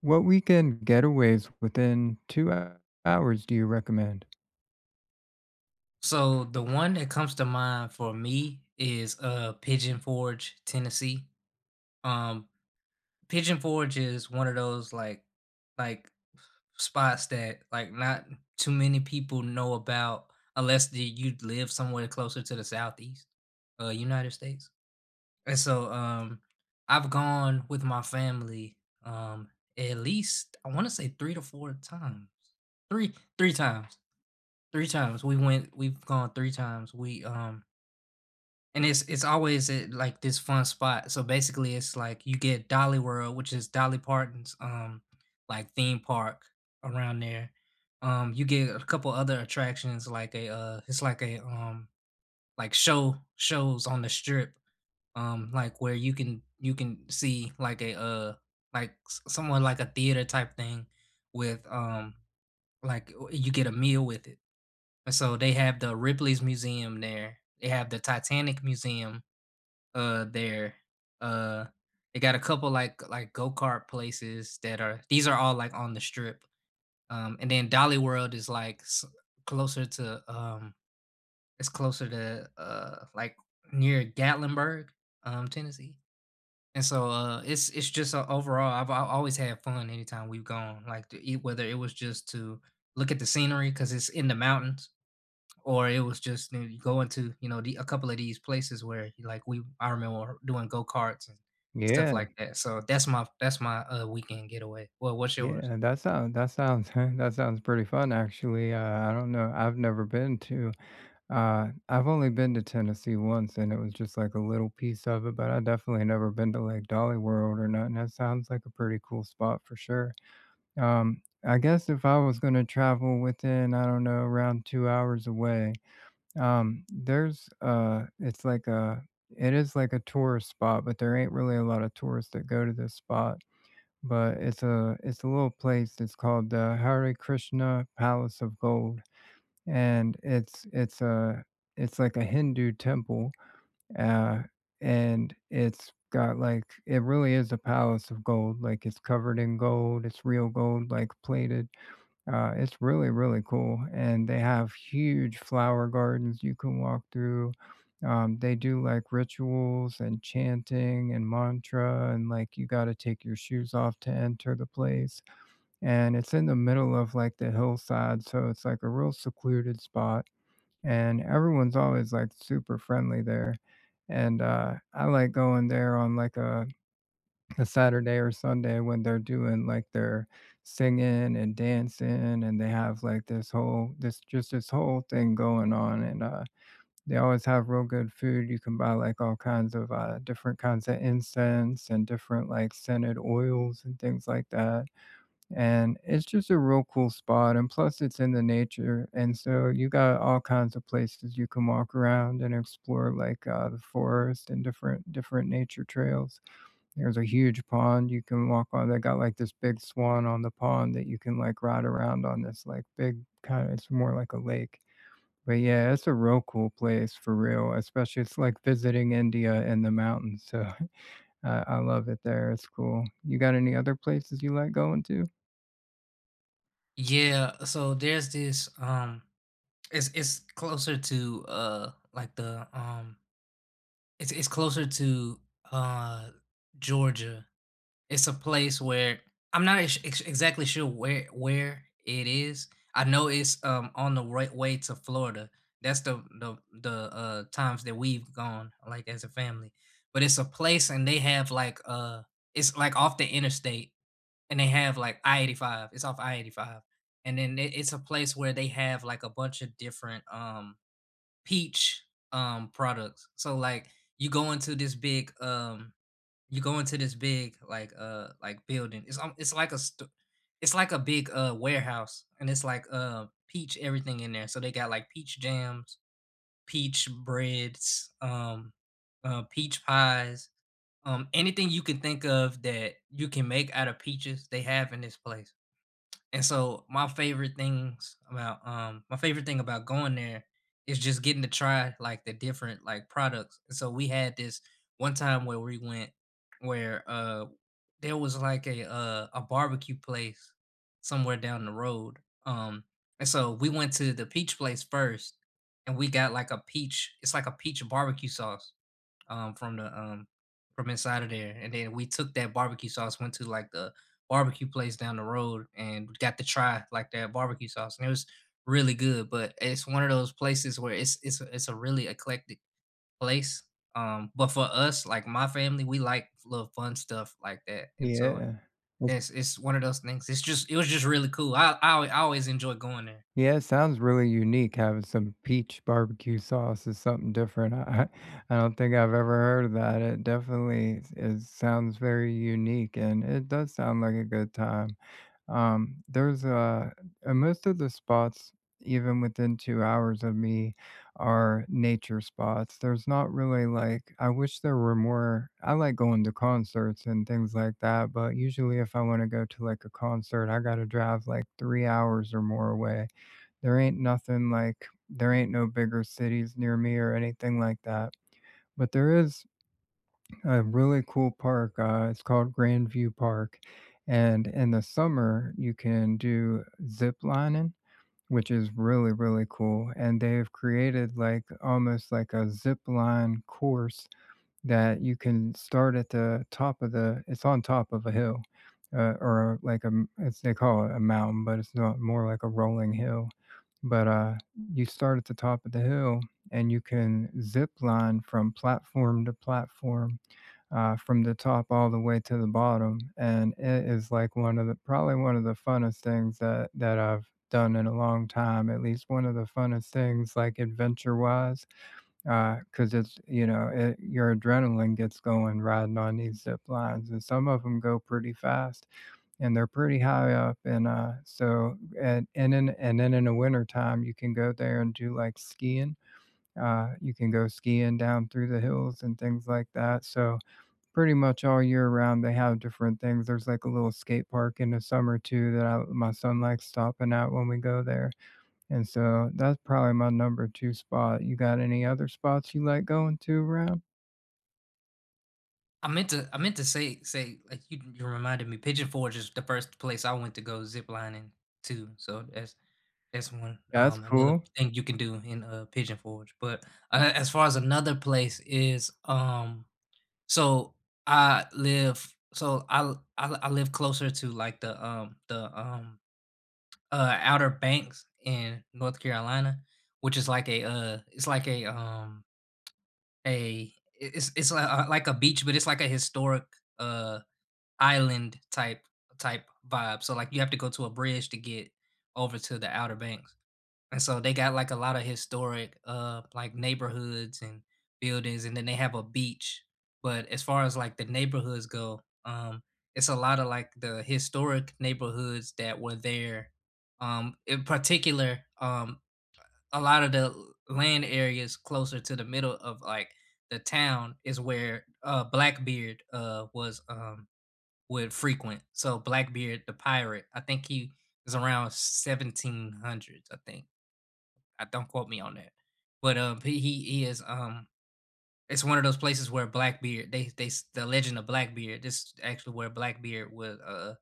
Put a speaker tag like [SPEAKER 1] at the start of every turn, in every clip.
[SPEAKER 1] What weekend getaways within 2 hours do you recommend?
[SPEAKER 2] So the one that comes to mind for me is Pigeon Forge, Tennessee. Um Pigeon Forge is one of those, like, spots that, like, not too many people know about unless you live somewhere closer to the southeast United States. And so, I've gone with my family, um at least I want to say 3 to 4 times. 3 3 times. 3 times we went we've gone 3 times. We. And it's always at, like, this fun spot. So basically, it's like you get Dolly World, which is Dolly Parton's, like, theme park around there. You get a couple other attractions like it's like like, shows on the strip, like, where you can see, like, like, s somewhat like a theater type thing with, like, you get a meal with it. And so they have the Ripley's Museum there. They have the Titanic Museum there. Uh they got a couple, like, go-kart places that are these are all, like, on the strip. And then Dolly World is closer to, it's closer to, like, near Gatlinburg, Tennessee. And so, it's just, overall I always had fun anytime we've gone, like, to eat, whether it was just to look at the scenery cuz it's in the mountains, or it was just, going to, a couple of these places where you, like we I remember doing go karts and
[SPEAKER 1] Yeah,
[SPEAKER 2] stuff like that. So that's my weekend getaway. Well, what's yours?
[SPEAKER 1] yeah, that sounds that sounds pretty fun, actually, I don't know, I've never been to, I've only been to Tennessee once, and it was just like a little piece of it, but I definitely never been to like Dolly World or nothing. That sounds like a pretty cool spot for sure. I guess if I was gonna travel within, I don't know, around 2 hours away. Um, there's, uh, it's like a it is like a tourist spot, but there ain't really a lot of tourists that go to this spot, but it's a little place. It's called the Hare Krishna Palace of Gold, and it's like a Hindu temple, uh, and it's got like, it really is a palace of gold. Like, it's covered in gold, it's real gold, like, plated. It's really, really cool, and they have huge flower gardens you can walk through. They do like rituals and chanting and mantra, and like, you gotta take your shoes off to enter the place, and it's in the middle of like the hillside, so it's like a real secluded spot, and everyone's always like super friendly there, and I like going there on, like, a Saturday or Sunday when they're doing like their singing and dancing, and they have like this whole thing going on. And they always have real good food. You can buy like all kinds of different kinds of incense, and different like scented oils and things like that. And it's just a real cool spot. And plus, it's in the nature. And so you got all kinds of places you can walk around and explore, like the forest and different nature trails. There's a huge pond you can walk on. They got like this big swan on the pond that you can like ride around on. This like big kind of, it's more like a lake. But yeah, it's a real cool place for real, especially it's like visiting India in the mountains. So I love it there. It's cool. You got any other places you like going to?
[SPEAKER 2] Yeah, so there's this, it's closer to, like, the it's closer to, uh Georgia. It's a place where I'm not exactly sure where it is. I know it's, on the right way to Florida. That's the times that we've gone, like, as a family. But it's a place, and they have, like, it's like off the interstate, and they have, like, I-85. It's off I-85. And then it's a place where they have like a bunch of different, peach, products. So like, you go into this big um you go into this big, like, building. It's like it's like a big, warehouse, and it's like, peach everything in there. So they got, like, peach jams, peach breads, peach pies, anything you can think of that you can make out of peaches, they have in this place. And so, my favorite thing about going there is just getting to try, like, the different, like, products. And so we had this one time where we went where there was like a barbecue place somewhere down the road. Um and so we went to the peach place first, and we got like a peach it's like a peach barbecue sauce, from the from inside of there. And then we took that barbecue sauce, went to, like, the barbecue place down the road, and got to try, like, that barbecue sauce. And it was really good. But it's one of those places where it's a really eclectic place. But for us, like my family, we like little fun stuff like that. And so
[SPEAKER 1] Yeah.
[SPEAKER 2] it's one of those things. It was just really cool. I always enjoy going there.
[SPEAKER 1] Yeah, it sounds really unique. Having some peach barbecue sauce is something different. I don't think I've ever heard of that. It definitely is It sounds very unique, and it does sound like a good time. There's Most of the spots, even within 2 hours of me, are nature spots. There's not really like, I wish there were more. I like going to concerts and things like that, but usually if I want to go to like a concert, I got to drive like 3 hours or more away. There ain't no bigger cities near me or anything like that. But there is a really cool park. It's called Grandview Park, and in the summer, you can do zip lining, which is really, really cool, and they've created like almost like a zip line course that you can start at the top of the it's on top of a hill. Or like a m it's they call it a mountain, but it's not, more like a rolling hill. But you start at the top of the hill, and you can zip line from platform to platform, from the top all the way to the bottom, and it is like one of the probably one of the funnest things that I've done in a long time, at least one of the funnest things, like, adventure-wise. Cause it's, you know, it your adrenaline gets going riding on these zip lines, and some of them go pretty fast, and they're pretty high up, and and then in the wintertime, you can go there and do like skiing. You can go skiing down through the hills and things like that, so pretty much all year round, they have different things. There's like a little skate park in the summer too that I my son likes stopping at when we go there. And so that's probably my number 2 spot. You got any other spots you like going to around?
[SPEAKER 2] I meant to say, like, you reminded me, Pigeon Forge is the first place I went to go ziplining to. So that's one,
[SPEAKER 1] That's
[SPEAKER 2] another
[SPEAKER 1] cool.
[SPEAKER 2] thing you can do in, Pigeon Forge. But, as far as another place is, so I live so I, l- I l- I live closer to, like, the Outer Banks in North Carolina, which is like a it's like a it's like a beach, but it's like a historic, uh island type vibe. So, like, you have to go to a bridge to get over to the Outer Banks. And so they got, like, a lot of historic, like, neighborhoods and buildings, and then they have a beach. But as far as, like, the neighborhoods go, it's a lot of, like, the historic neighborhoods that were there. In particular, a lot of the land areas closer to the middle of, like, the town is where, Blackbeard, was would frequent. So Blackbeard the pirate, I think he was around 1700s, I think. I don't, quote me on that. But he is it's one of those places where Blackbeard they s- the legend of Blackbeard, this is actually where Blackbeard was uh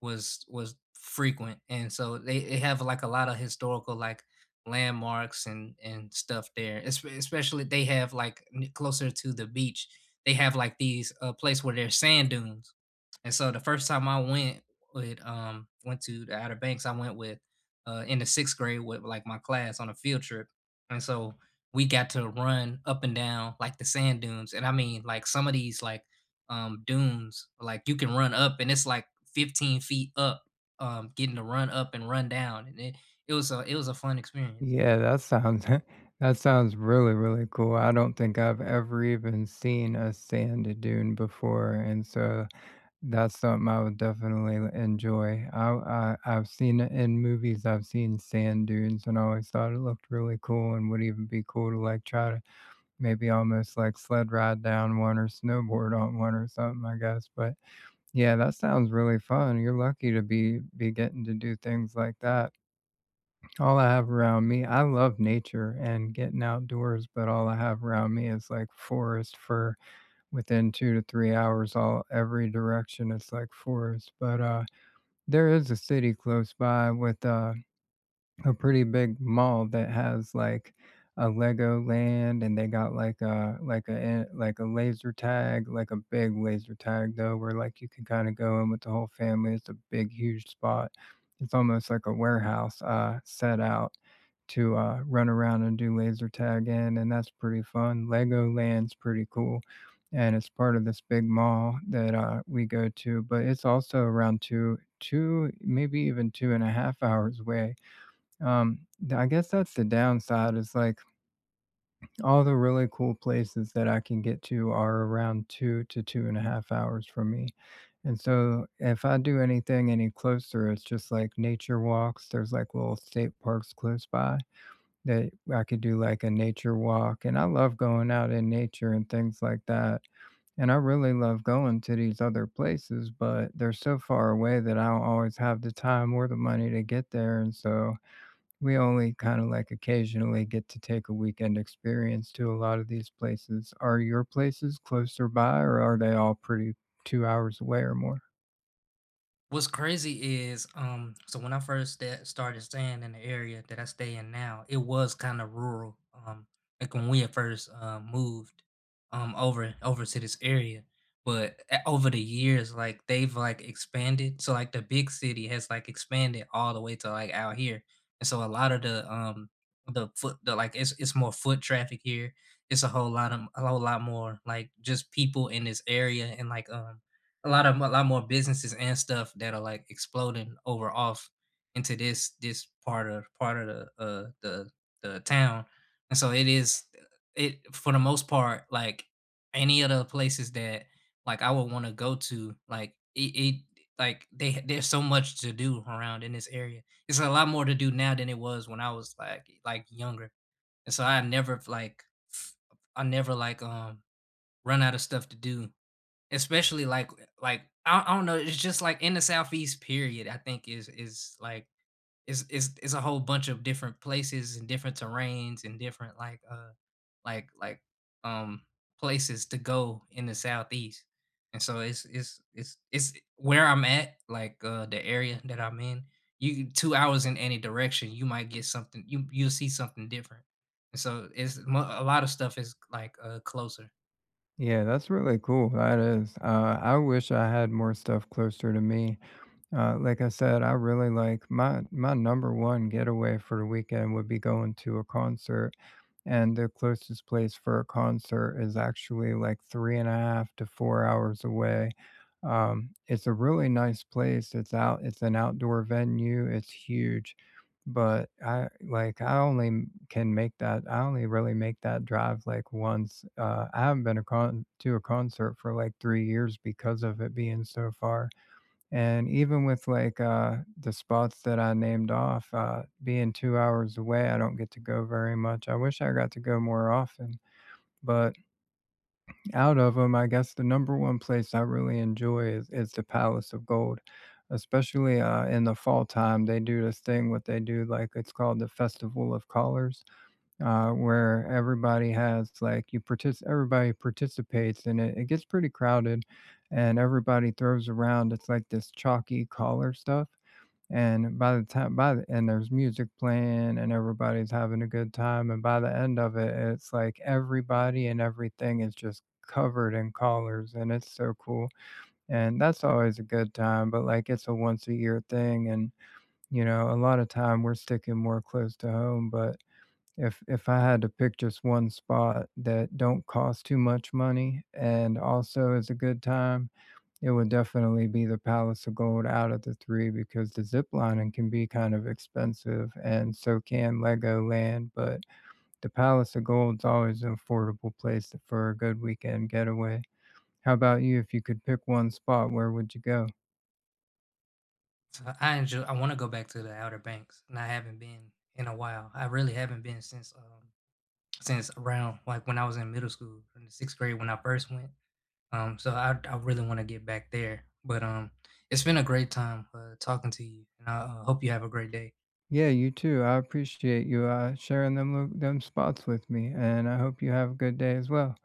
[SPEAKER 2] was was frequent, and so they have, like, a lot of historical, like, landmarks and stuff there. Especially, they have, closer to the beach, they have like these, place where there's sand dunes. And so the first time I went to the Outer Banks, I went with, in the sixth grade with, like, my class on a field trip. And so we got to run up and down, like, the sand dunes. And I mean, like, some of these, dunes, like, you can run up and it's, like, 15 feet up, getting to run up and run down. And it was a fun experience.
[SPEAKER 1] Yeah, that sounds that sounds really, really cool. I don't think I've ever even seen a sand dune before, and so that's something I would definitely l enjoy. I've seen it in movies, I've seen sand dunes, and I always thought it looked really cool and would even be cool to like try to maybe almost like sled ride down one, or snowboard on one or something, I guess. But yeah, that sounds really fun. You're lucky to be getting to do things like that. All I have around me, I love nature and getting outdoors, but all I have around me is like forest. For within 2 to 3 hours, all every direction it's like forest. But there is a city close by with a pretty big mall that has like a Lego Land, and they got like a laser tag, like a big laser tag, though, where like you can kind of go in with the whole family. It's a big, huge spot. It's almost like a warehouse set out to run around and do laser tag in, and that's pretty fun. Lego Land's pretty cool. And it's part of this big mall that we go to. But it's also around two maybe even two and a half hours away. I guess that's the downside is like all the really cool places that I can get to are around two to two and a half hours from me. And so if I do anything any closer, it's just like nature walks. There's like little state parks close by that I could do like a nature walk. And I love going out in nature and things like that. And I really love going to these other places, but they're so far away that I don't always have the time or the money to get there. And so we only kind of like occasionally get to take a weekend experience to a lot of these places. Are your places closer by, or are they all pretty 2 hours away or more?
[SPEAKER 2] What's crazy is, so when I first started staying in the area that I stay in now, it was kind of rural. Like, when we had first, moved, over to this area, but, over the years, like, they've, like, expanded. So, like, the big city has, like, expanded all the way to, like, out here, and so a lot of the foot the like it's more foot traffic here. It's a whole lot more, like, just people in this area, and, like, a lot more businesses and stuff that are, like, exploding over off into this part of the uh the the town, and so it is. It, for the most part, like, any of the places that, like, I would want to go to, like, it like they there's so much to do around in this area. It's a lot more to do now than it was when I was, like, younger. And so f- I never, run out of stuff to do. Especially, like, I don't know, it's just, like, in the Southeast period. I think is, like, is a whole bunch of different places and different terrains and different, like like um places to go in the Southeast. And so it's where I'm at, like, the area that I'm in. You, 2 hours in any direction, you might get something. You'll see something different. And so a lot of stuff is, like, closer.
[SPEAKER 1] Yeah, that's really cool. That is. I wish I had more stuff closer to me. Like I said, I really like my number one getaway for the weekend would be going to a concert. And the closest place for a concert is actually like three and a half to 4 hours away. It's a really nice place. It's an outdoor venue. It's huge, but I like I only m- can make that. I only really make that drive like once. I haven't been to a concert for like 3 years because of it being so far. And even with like the spots that I named off, being 2 hours away, I don't get to go very much. I wish I got to go more often. But out of them, I guess the number one place I really enjoy is the Palace of Gold, especially in the fall time. They do this thing, what they do, like it's called the Festival of Colors, where everybody has like you partic- everybody participates, and it gets pretty crowded, and everybody throws around. It's like this chalky collar stuff, and by the time by the and there's music playing and everybody's having a good time, and by the end of it, it's like everybody and everything is just covered in colors, and it's so cool, and that's always a good time. But like it's a once a year thing, and you know, a lot of time we're sticking more close to home. But if I had to pick just one spot that don't cost too much money and also is a good time, it would definitely be the Palace of Gold out of the 3, because the ziplining can be kind of expensive, and so can Legoland, but the Palace of Gold's always an affordable place for a good weekend getaway. How about you? If you could pick one spot, where would you go?
[SPEAKER 2] So I enjoy. I want to go back to the Outer Banks, and I haven't been in a while. I really haven't been since, since around, like, when I was in middle school in the sixth grade when I first went. So I really want to get back there. But, it's been a great time, talking to you, and I, hope you have a great day.
[SPEAKER 1] Yeah, you too. I appreciate you sharing them spots with me, and I hope you have a good day as well.